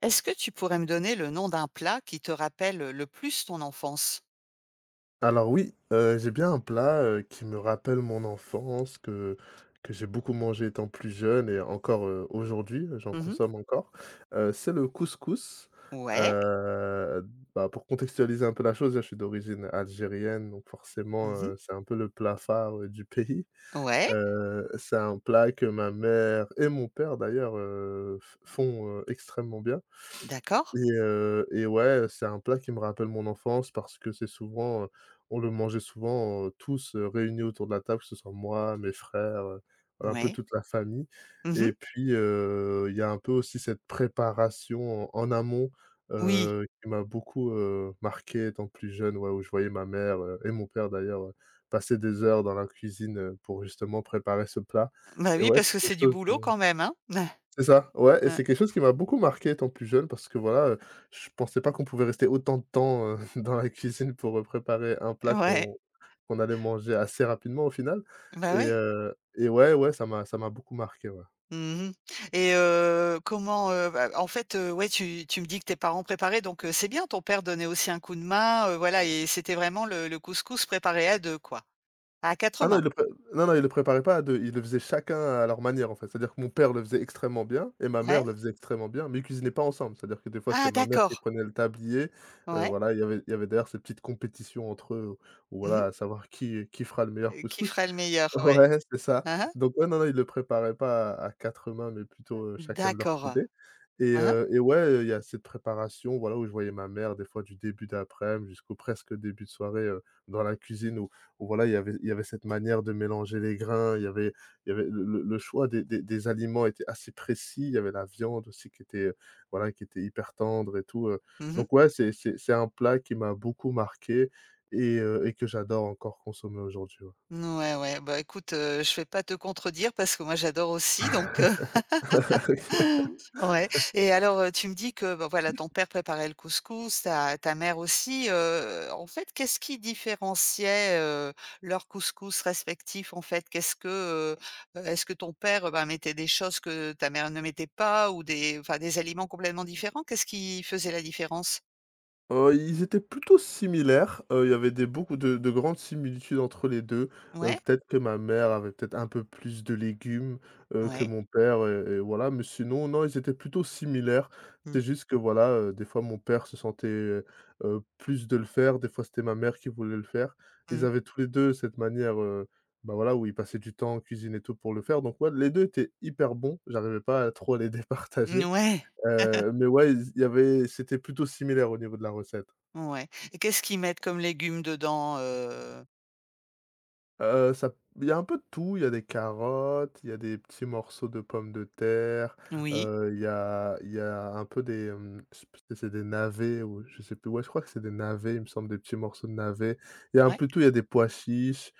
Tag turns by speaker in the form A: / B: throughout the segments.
A: Est-ce que tu pourrais me donner le nom d'un plat qui te rappelle le plus ton enfance?
B: Alors oui, j'ai bien un plat, qui me rappelle mon enfance, que j'ai beaucoup mangé étant plus jeune et encore, aujourd'hui, j'en
A: Mmh.
B: consomme encore. C'est le couscous.
A: Ouais.
B: Heu, Bah, pour contextualiser un peu la chose, je suis d'origine algérienne, donc forcément,
A: Mmh.
B: c'est un peu le plat phare, du pays.
A: Ouais.
B: C'est un plat que ma mère et mon père d'ailleurs, f font, extrêmement bien.
A: D'accord.
B: Et ouais, c'est un plat qui me rappelle mon enfance parce que c'est souvent, on le mangeait souvent, tous, réunis autour de la table, que ce soit moi, mes frères, voilà, un peu
A: Ouais.
B: toute la famille
A: Mmh.
B: et puis, il y a un peu aussi cette préparation en amont,
A: Oui.
B: qui m'a beaucoup, marqué étant plus jeune, ouais, où je voyais ma mère, et mon père d'ailleurs, passer des heures dans la cuisine, pour justement préparer ce plat
A: Bah,
B: et
A: oui,
B: ouais,
A: parce
B: c'est
A: que
B: quelque
A: c'est du
B: chose
A: boulot quand même, hein?
B: c'est ça, ouais. Et
A: Heu,
B: c'est quelque chose qui m'a beaucoup marqué étant plus jeune parce que voilà, je pensais pas qu'on pouvait rester autant de temps, dans la cuisine pour, préparer un plat
A: ouais.
B: qu'on allait manger assez rapidement au final
A: Bah,
B: et
A: ouais.
B: heu et ouais, ouais, ça m'a beaucoup marqué, ouais.
A: Mmh. Et comment, bah, en fait, ouais, tu me dis que tes parents préparaient donc c'est bien, ton père donnait aussi un coup de main, voilà et c'était vraiment le couscous préparé à 2, quoi? À 4
B: Ah non,
A: mains?
B: il le pré non, non, il le préparait pas à 2, ils le faisaient chacun à leur manière, en fait. C'est-à-dire que mon père le faisait extrêmement bien et ma mère
A: Ouais.
B: le faisait extrêmement bien, mais ils cuisinaient pas ensemble. C'est-à-dire que des fois,
A: Ah
B: c'était ma mère qui
A: d'accord.
B: prenait le tablier,
A: Ouais.
B: voilà, il y avait d'ailleurs cette petite compétition entre eux, où
A: Mmh mh.
B: voilà, à savoir qui fera le meilleur
A: Qui
B: couscous.
A: ferait le meilleur? Ouais.
B: Ouais, c'est ça.
A: Hein hein.
B: Donc ouais, non, non, ils le préparaient pas à quatre mains, mais plutôt, chacun de leur
A: D'accord,
B: côté et
A: hein.
B: heu et ouais, il y a cette préparation, voilà, où je voyais ma mère des fois du début d'après-midi jusqu'au presque début de soirée, dans la cuisine où voilà, il y avait cette manière de mélanger les grains, il y avait le choix des aliments était assez précis, il y avait la viande aussi qui était, voilà, qui était hyper tendre et tout,
A: Mmh.
B: donc ouais, c'est un plat qui m'a beaucoup marqué et que j'adore encore consommer aujourd'hui, ouais.
A: Ouais, ouais, bah, écoute, je vais pas te contredire parce que moi j'adore aussi donc ouais, et alors, tu me dis que, bah, voilà, ton père préparait le couscous, ta mère aussi, en fait, qu'est-ce qui différenciait leurs couscous respectifs, en fait? Qu'est-ce que est-ce que ton père, ben, mettait des choses que ta mère ne mettait pas ou des enfin, des aliments complètement différents? Qu'est-ce qui faisait la différence?
B: Ils étaient plutôt similaires, il y avait des beaucoup de grandes similitudes entre les 2.
A: Ouais?
B: Peut-être que ma mère avait peut-être un peu plus de légumes, que
A: Ouais.
B: mon père et voilà, mais sinon, non, ils étaient plutôt similaires.
A: Mmh.
B: C'est juste que voilà, des fois mon père se sentait, plus de le faire, des fois c'était ma mère qui voulait le faire. Ils
A: Mmh.
B: avaient tous les 2 cette manière, bah, voilà, où ils passaient du temps en cuisine et tout pour le faire, donc ouais, les 2 étaient hyper bons, j'arrivais pas à trop les
A: Mmh,
B: départager,
A: ouais.
B: mais ouais, il y avait c'était plutôt similaire au niveau de la recette.
A: Ouais, et qu'est-ce qu'ils mettent comme légumes dedans?
B: Ça Il y a un peu de tout, il y a des carottes, il y a des petits morceaux de pommes de terre,
A: Oui,
B: il y a un peu des, je sais plus si c'est des navets ou je sais plus, ouais, je crois que c'est des navets, il me semble, des petits morceaux de navets. Il y a un
A: ouais.
B: peu de tout, il y a des pois chiches,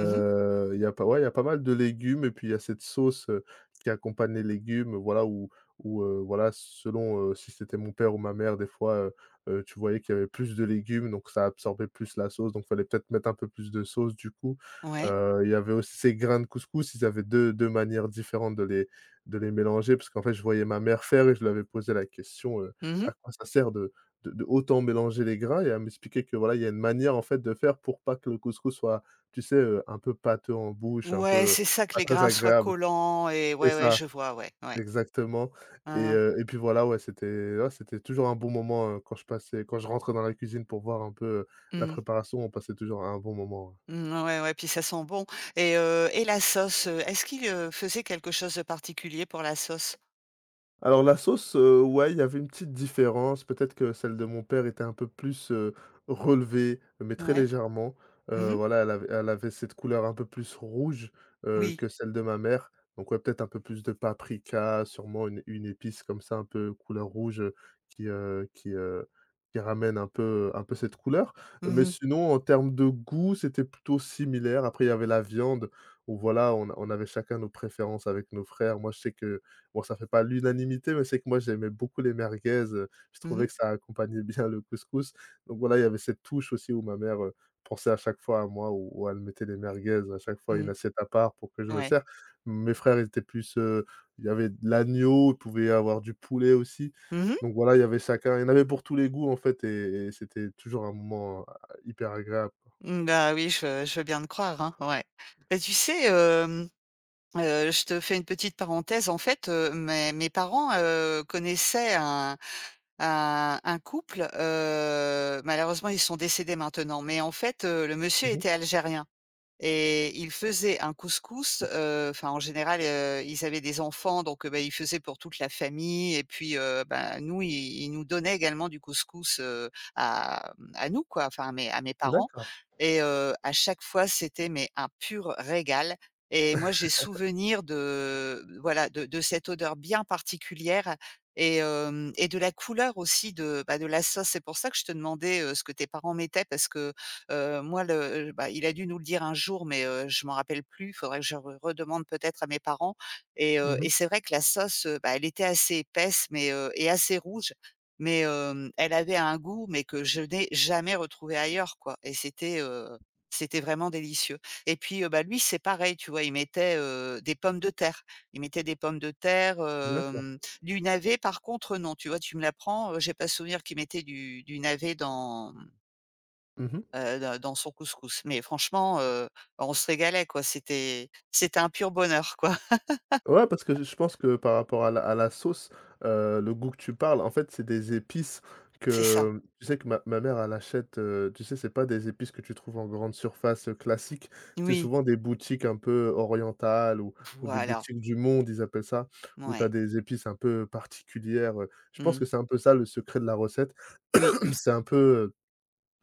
A: Mmh.
B: il y a pas ouais, il y a pas mal de légumes et puis il y a cette sauce, qui accompagne les légumes, voilà, où voilà, selon, si c'était mon père ou ma mère, des fois, tu voyais qu'il y avait plus de légumes, donc ça absorbait plus la sauce, donc fallait peut-être mettre un peu plus de sauce, du coup.
A: Ouais.
B: Il y avait aussi ces grains de couscous, ils avaient deux manières différentes de les mélanger parce qu'en fait, je voyais ma mère faire et je lui avais posé la question:
A: Mmh.
B: «À quoi ça sert de autant mélanger les grains?» Et elle m'expliquait que voilà, il y a une manière en fait de faire pour pas que le couscous soit, tu sais, un peu pâteux en bouche, un
A: Ouais,
B: peu
A: c'est ça, que
B: pas
A: les
B: très
A: grains soient
B: agréable.
A: collants et
B: C'est
A: ouais, ouais,
B: ça,
A: je vois, ouais, ouais.
B: exactement et
A: Hein, hein.
B: heu et puis voilà, ouais, c'était toujours un bon moment, quand je passais quand je rentrais dans la cuisine pour voir un peu, la
A: Mmh.
B: préparation, on passait toujours un bon moment, ouais.
A: Mmh, ouais, ouais, puis ça sent bon et la sauce, est-ce qu'ils faisaient quelque chose de particulier pour la sauce?
B: Alors la sauce, ouais, il y avait une petite différence. Peut-être que celle de mon père était un peu plus, relevée, mais très
A: Ouais.
B: légèrement.
A: Mmh.
B: Voilà, elle avait cette couleur un peu plus rouge,
A: Oui.
B: que celle de ma mère. Donc ouais, peut-être un peu plus de paprika, sûrement une épice comme ça, un peu couleur rouge, qui, heu qui, heu, qui ramène un peu cette couleur. Mais
A: Mmh mh.
B: sinon, en termes de goût, c'était plutôt similaire. Après, il y avait la viande où voilà, on avait chacun nos préférences avec nos frères. Moi, je sais que bon, ça fait pas l'unanimité, mais c'est que moi j'aimais beaucoup les merguez, je
A: Mmh.
B: trouvais que ça accompagnait bien le couscous. Donc voilà, il y avait cette touche aussi où ma mère, pensait à chaque fois à moi, où elle mettait les merguez à chaque fois, une
A: Mmh.
B: assiette à part pour que je me
A: Ouais.
B: serve. Mes frères ils étaient plus, il y avait de l'agneau, il pouvait y avoir du poulet aussi.
A: Mmh mh.
B: Donc voilà, il y en avait pour tous les goûts en fait et c'était toujours un moment, hyper agréable, quoi.
A: Mmh, bah, oui, je veux bien te croire, hein, ouais. Bah, tu sais, je te fais une petite parenthèse. En fait, mes parents, connaissaient un couple, malheureusement, ils sont décédés maintenant, mais en fait, le monsieur
B: Mmh mh.
A: était algérien et ils faisaient un couscous, enfin, en général, ils avaient des enfants, donc bah, ils faisaient pour toute la famille et puis, bah, nous, ils nous donnaient également du couscous, à nous, quoi, enfin, à mes parents
B: D'accord.
A: et à chaque fois, c'était mais un pur régal et moi, j'ai souvenir de voilà, de cette odeur bien particulière et de la couleur aussi de la sauce. C'est pour ça que je te demandais, ce que tes parents mettaient parce que moi le bah, il a dû nous le dire un jour, mais je m'en rappelle plus. Il faudrait que je re redemande peut-être à mes parents et heu
B: Mmh
A: et
B: mh.
A: c'est vrai que la sauce, bah, elle était assez épaisse, mais et assez rouge, mais elle avait un goût, mais que je n'ai jamais retrouvé ailleurs, quoi et c'était vraiment délicieux et puis, bah, lui, c'est pareil, tu vois? Il mettait, des pommes de terre. Il mettait des pommes de terre,
B: D'accord.
A: du navet, par contre, non, tu vois? Tu me l'apprends, j'ai pas souvenir qu'il mettait du navet dans
B: Mmh mh.
A: heu, dans dans son couscous. Mais franchement, on se régalait quoi, c'était un pur bonheur quoi.
B: Ouais, parce que je pense que par rapport à la sauce, le goût que tu parles, en fait, c'est des épices
A: C'est ça.
B: que tu sais que ma mère elle achète, tu sais, c'est pas des épices que tu trouves en grande surface, classique. C'est
A: Oui,
B: souvent des boutiques un peu orientales ou des
A: voilà,
B: boutiques du monde, ils appellent ça, où tu as
A: ouais.
B: des épices un peu particulières. Je pense
A: Mmh.
B: que c'est un peu ça le secret de la recette.
A: Oui.
B: C'est un peu, heu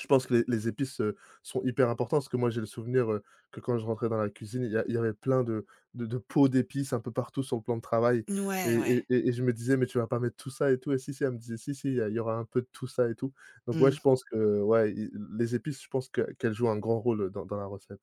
B: je pense que les épices, sont hyper importantes parce que moi j'ai le souvenir, que quand je rentrais dans la cuisine, il y avait plein de pots d'épices un peu partout sur le plan de travail et
A: Ouais, ouais.
B: et et et je me disais: «Mais tu vas pas mettre tout ça et tout?» Et si, si, elle me disait: «Si, si, il y aura un peu de tout ça et tout». Donc ouais,
A: Mmh.
B: je pense que ouais, i les épices, je pense que qu'elles jouent un grand rôle, dans la recette,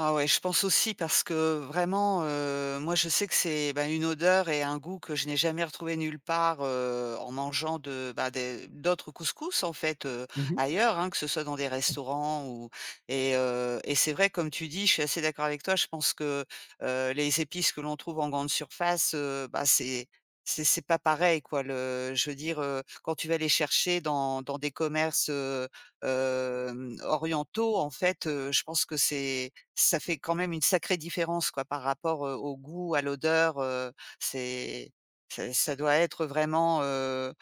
A: Ah ouais, je pense aussi parce que vraiment, moi je sais que c'est, bah, une odeur et un goût que je n'ai jamais retrouvé nulle part, en mangeant de, bah, des d'autres couscous en fait,
B: ouais.
A: ailleurs, hein, que ce soit dans des restaurants ou. Et c'est vrai comme tu dis, je suis assez d'accord avec toi. Je pense que, les épices que l'on trouve en grande surface, bah, c'est pas pareil quoi. Le je veux dire, quand tu vas les chercher dans des commerces, orientaux en fait, je pense que c'est ça fait quand même une sacrée différence quoi, par rapport, au goût, à l'odeur, c'est c'est ça doit être vraiment,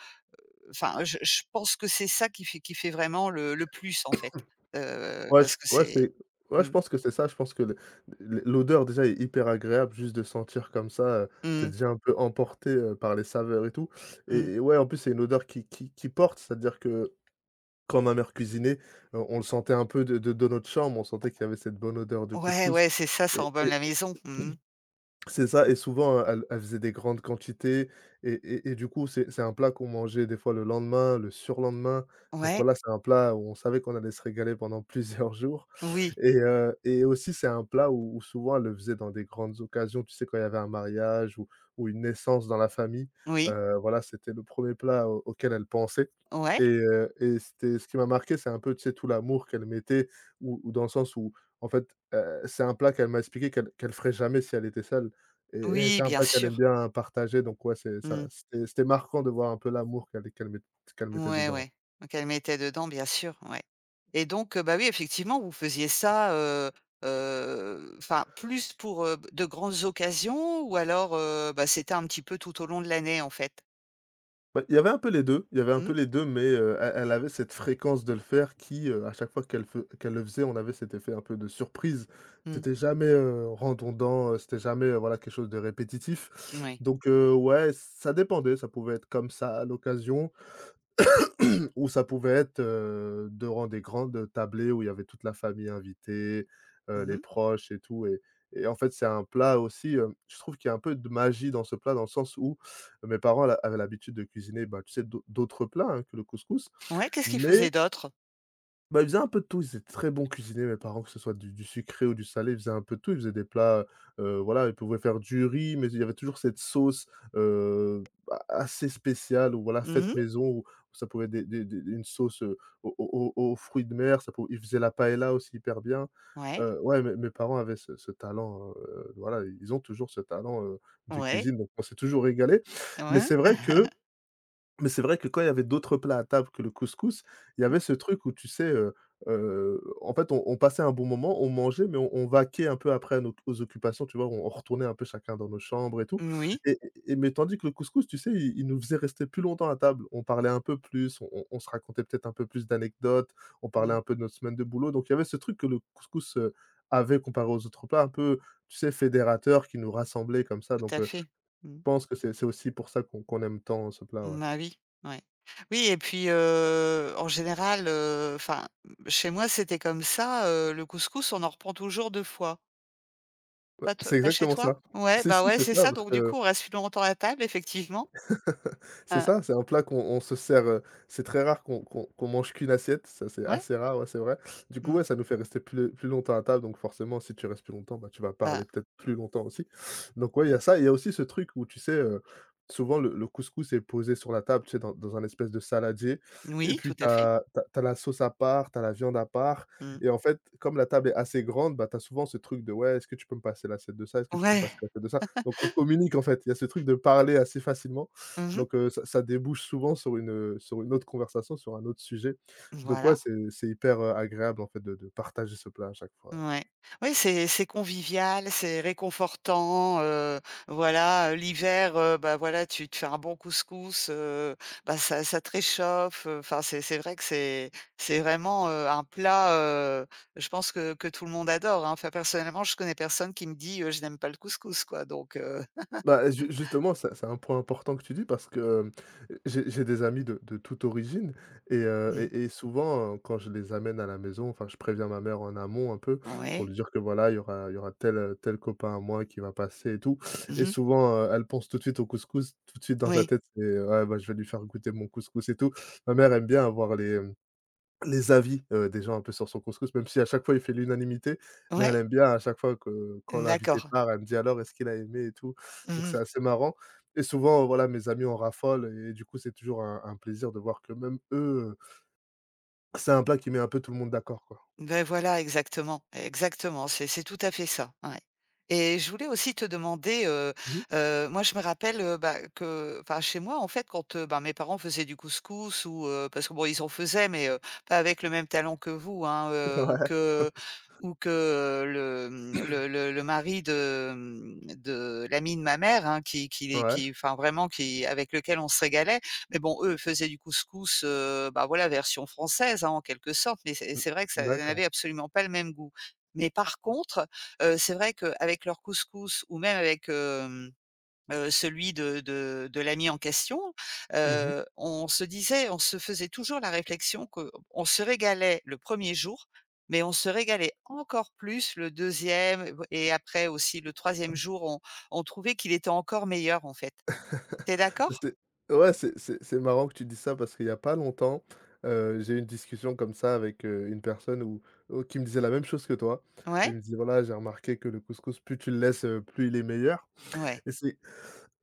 A: enfin je pense que c'est ça qui fait vraiment le plus en fait,
B: Ouais, je
A: parce que
B: ouais,
A: c'est
B: c'est ouais, je
A: mmh,
B: pense que c'est ça. Je pense que le l l'odeur déjà est hyper agréable, juste de sentir comme ça, tu
A: mmh,
B: déjà un peu emporté, par les saveurs et tout et
A: mmh.
B: et ouais, en plus, c'est une odeur qui porte, c'est-à-dire que quand ma mère cuisinait, on le sentait un peu de notre chambre, on sentait qu'il y avait cette bonne odeur de
A: Ouais,
B: couscous
A: ouais, c'est ça, ça
B: et
A: embaume
B: et
A: la maison. Mmh mh.
B: c'est ça et souvent, elle faisait des grandes quantités et du coup, c'est un plat qu'on mangeait des fois le lendemain, le surlendemain donc
A: Ouais,
B: voilà, c'est un plat où on savait qu'on allait se régaler pendant plusieurs jours
A: oui,
B: et aussi, c'est un plat où souvent elle le faisait dans des grandes occasions, tu sais, quand il y avait un mariage ou une naissance dans la famille,
A: oui,
B: voilà, c'était le premier plat au auquel elle pensait
A: ouais,
B: et c'était ce qui m'a marqué, c'est un peu, tu sais, tout l'amour qu'elle mettait ou dans le sens où, en fait, c'est un plat qu'elle m'a expliqué qu'elle ferait jamais si elle était seule et
A: oui,
B: c'est un
A: bien
B: plat qu'elle aime
A: sûr.
B: bien partager donc ouais, c'est ça
A: Mmh.
B: c'était marquant de voir un peu l'amour qu'elle mettait
A: Ouais,
B: dedans.
A: ouais. Donc elle mettait dedans, bien sûr, ouais. Et donc, bah, oui, effectivement, vous faisiez ça, enfin, plus pour, de grandes occasions ou alors, bah, c'était un petit peu tout au long de l'année, en fait?
B: Bah, il y avait un peu les 2 il y avait un
A: Mmh?
B: peu les 2 mais elle avait cette fréquence de le faire qui, à chaque fois qu'elle le faisait, on avait cet effet un peu de surprise.
A: Mmh.
B: C'était jamais, redondant, c'était jamais, voilà quelque chose de répétitif.
A: Ouais.
B: Donc ouais, ça dépendait, ça pouvait être comme ça à l'occasion ou ça pouvait être, durant des grandes tablées où il y avait toute la famille invitée, les
A: Mmh.
B: proches et tout et en fait, c'est un plat aussi, je trouve qu'il y a un peu de magie dans ce plat, dans le sens où mes parents la avaient l'habitude de cuisiner, bah, tu sais, d'autres plats, hein, que le couscous
A: Ouais, qu'est-ce qu'il
B: mais
A: faisait d'autre?
B: bah, ils faisaient un peu de tout, ils étaient très bons cuisiniers, mes parents, que ce soit du sucré ou du salé, ils faisaient un peu de tout. Ils faisaient des plats, voilà, ils pouvaient faire du riz, mais il y avait toujours cette sauce, a assez spéciale ou voilà,
A: Mmh
B: faite
A: mh.
B: maison ou ça pouvait être des une sauce, aux fruits de mer, ça pou ils faisaient la paella aussi hyper bien.
A: Ouais.
B: Ouais, mes parents avaient ce talent, voilà, ils ont toujours ce talent, de
A: Ouais.
B: cuisine, donc on s'est toujours régalé. Mais
A: Ouais.
B: c'est vrai que mais c'est vrai que quand il y avait d'autres plats à table que le couscous, il y avait ce truc où tu sais, en fait, on passait un bon moment, on mangeait, mais on vaquait un peu après à nos aux occupations, tu vois? On retournait un peu chacun dans nos chambres et tout
A: Oui.
B: et et mais tandis que le couscous, tu sais, il nous faisait rester plus longtemps à table. On parlait un peu plus, on se racontait peut-être un peu plus d'anecdotes, on parlait
A: Mmh.
B: un peu de notre semaine de boulot, donc il y avait ce truc que le couscous, avait comparé aux autres plats, un peu, tu sais, fédérateur qui nous rassemblait comme ça,
A: Tout
B: donc
A: à fait. Mmh.
B: je pense que c'est aussi pour ça qu'on aime tant ce plat, ouais.
A: Bah, oui, ouais. Oui, et puis, en général, enfin, chez moi, c'était comme ça, le couscous, on en reprend toujours 2 fois.
B: Bah,
A: Pas t
B: c'est
A: pas chez
B: exactement
A: toi?
B: ça.
A: Ouais,
B: Si,
A: bah,
B: si,
A: ouais,
B: c'est
A: c'est
B: ça
A: ça,
B: parce
A: donc du
B: que
A: coup, on reste plus longtemps à table, effectivement.
B: c'est
A: Heu,
B: ça, c'est un plat qu'on on se sert, c'est très rare qu'on mange qu'une assiette, ça c'est
A: ouais,
B: assez rare, ouais, c'est vrai. Du coup,
A: mmh,
B: ouais, ça nous fait rester plus longtemps à table, donc forcément, si tu restes plus longtemps, bah, tu vas
A: bah,
B: parler peut-être plus longtemps aussi. Donc ouais, il y
A: mmh,
B: a ça, il y a aussi ce truc où tu sais, souvent le couscous est posé sur la table, tu sais, dans un espèce de saladier et
A: oui, tout
B: puis
A: à fait.
B: tu as la sauce à part, tu as la viande à part
A: Mmh.
B: et en fait, comme la table est assez grande, bah, tu as souvent ce truc de: «Ouais, est-ce que tu peux me passer l'assiette de ça? Est-ce que tu peux me
A: Ouais.
B: passer l'assiette de ça?» Donc on communique en fait, il y a ce truc de parler assez facilement
A: Mmh.
B: donc ça débouche souvent sur une autre conversation, sur un autre sujet. Donc ouais,
A: Voilà.
B: c'est hyper, agréable en fait de partager ce plat à chaque fois.
A: Ouais. Oui, c'est convivial, c'est réconfortant, voilà, l'hiver, bah, voilà, tu te fais un bon couscous, bah, ça te réchauffe, enfin, c'est vrai que c'est vraiment, un plat, je pense que tout le monde adore, hein. Enfin, personnellement, je connais personne qui me dit: «Je n'aime pas le couscous», quoi, donc
B: Bah, ju justement, ça c'est un point important que tu dis parce que, hem, j'ai des amis de toute origine et heu
A: mmh.
B: et et souvent, quand je les amène à la maison, enfin, je préviens ma mère en amont un peu pour
A: Ouais.
B: lui dire que voilà, il y aura tel, tel copain à moi qui va passer et tout et
A: Mmh.
B: souvent, elle pense tout de suite au couscous, tout de suite dans sa
A: Oui.
B: tête, c'est: «Ouais, bah, je vais lui faire goûter mon couscous et tout». Ma mère aime bien avoir les avis, des gens un peu sur son couscous, même si à chaque fois il fait l'unanimité, mais elle
A: Ouais.
B: aime bien à chaque fois que quand l'invité
A: D'accord.
B: part, elle me dit: «Alors est-ce qu'il a aimé?» et tout, donc
A: Mmh.
B: c'est assez marrant et souvent, voilà, mes amis en raffolent et du coup, c'est toujours un plaisir de voir que même eux, c'est un plat qui met un peu tout le monde d'accord, quoi.
A: Ben voilà, exactement, exactement, c'est tout à fait ça, ouais, et je voulais aussi te demander,
B: Mmh.
A: moi je me rappelle, bah, que enfin chez moi en fait quand, bah, mes parents faisaient du couscous ou parce que bon ils en faisaient mais pas avec le même talent que vous, hein, ou que le, mmh,
B: Ouais.
A: le le le mari de l'ami de ma mère, hein, qui les
B: Ouais.
A: qui enfin vraiment qui avec lequel on se régalait, mais bon, eux faisaient du couscous, bah, voilà, version française, hein, en quelque sorte, mais c'est
B: Mmh.
A: c'est vrai que ça n'avait
B: D'accord.
A: absolument pas le même goût. Mais par contre, c'est vrai qu'avec leur couscous ou même avec, celui de l'ami en question,
B: Mmh.
A: on se faisait toujours la réflexion qu'on se régalait le premier jour, mais on se régalait encore plus le deuxième et après aussi le troisième jour, on trouvait qu'il était encore meilleur, en fait. T'es d'accord?
B: C'est ouais, c'est marrant que tu dis ça parce qu'il y a pas longtemps, j'ai eu une discussion comme ça avec, une personne où qui me disait la même chose que toi.
A: Ouais?
B: Elle me disait: «Voilà, j'ai remarqué que le couscous, plus tu le laisses, plus il est meilleur»
A: Ouais.
B: et c'est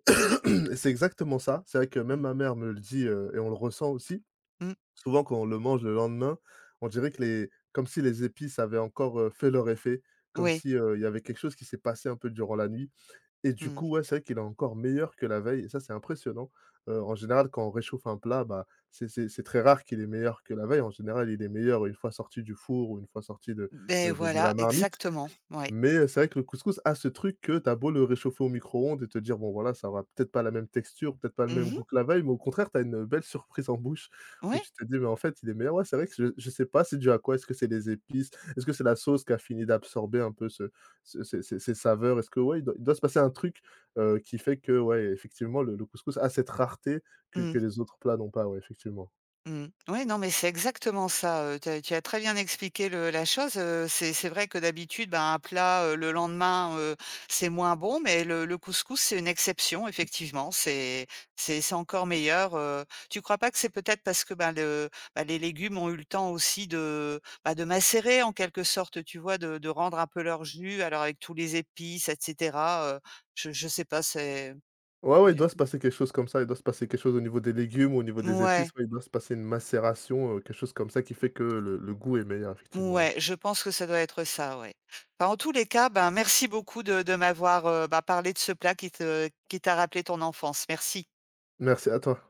B: et c'est exactement ça. C'est vrai que même
A: Mmh.
B: ma mère me le dit, et on le ressent aussi.
A: Mmh.
B: Souvent, quand on le mange le lendemain, on dirait que les comme si les épices avaient encore, fait leur effet, comme
A: Oui.
B: si, il y avait quelque chose qui s'est passé un peu durant la nuit. Et du
A: Mmh.
B: coup, ouais, c'est vrai qu'il est encore meilleur que la veille et ça, c'est impressionnant. En général, quand on réchauffe un plat, bah, c'est très rare qu'il est meilleur que la veille. En général, il est meilleur une fois sorti du four ou une fois sorti
A: Beh,
B: de
A: voilà,
B: la marmite.
A: exactement. Oui.
B: Mais c'est vrai que le couscous a ce truc que t'as beau le réchauffer au micro-ondes et te dire: «Bon voilà, ça aura peut-être pas la même texture, peut-être pas le
A: Mmh
B: même
A: mh.
B: goût que la veille», mais au contraire, t'as une, belle surprise en bouche où
A: Ouais.
B: tu te dis: «Mais en fait, il est meilleur». Ouais, c'est vrai que je sais pas c'est dû à quoi? Est-ce que c'est les épices? Est-ce que c'est la sauce qui a fini d'absorber un peu ce ce ces ces ces saveurs? Est-ce que ouais, il doit se passer un truc, qui fait que ouais, effectivement, le couscous a cette rareté que
A: Mmh.
B: que les autres plats n'ont pas, ouais, effectivement.
A: Mmh. Ouais, non, mais c'est exactement ça, tu as très bien expliqué le la chose, c'est vrai que d'habitude, ben, un plat, le lendemain, c'est moins bon, mais le couscous, c'est une exception effectivement, c'est encore meilleur, tu crois pas que c'est peut-être parce que, ben, le bah, les légumes ont eu le temps aussi de macérer en quelque sorte, tu vois? De rendre un peu leur jus, alors avec tous les épices etc., je sais pas, c'est,
B: Ouais, ouais, il
A: ouais.
B: doit se passer quelque chose comme ça, il doit se passer quelque chose au niveau des légumes, au niveau des épices, ouais, il doit se passer une macération, quelque chose comme ça qui fait que le goût est meilleur effectivement, ouais.
A: Ouais, je pense que ça doit être ça, ouais. Enfin, en tous les cas, ben, merci beaucoup de m'avoir, bah, parlé de ce plat qui t'a rappelé ton enfance. Merci.
B: Merci à toi.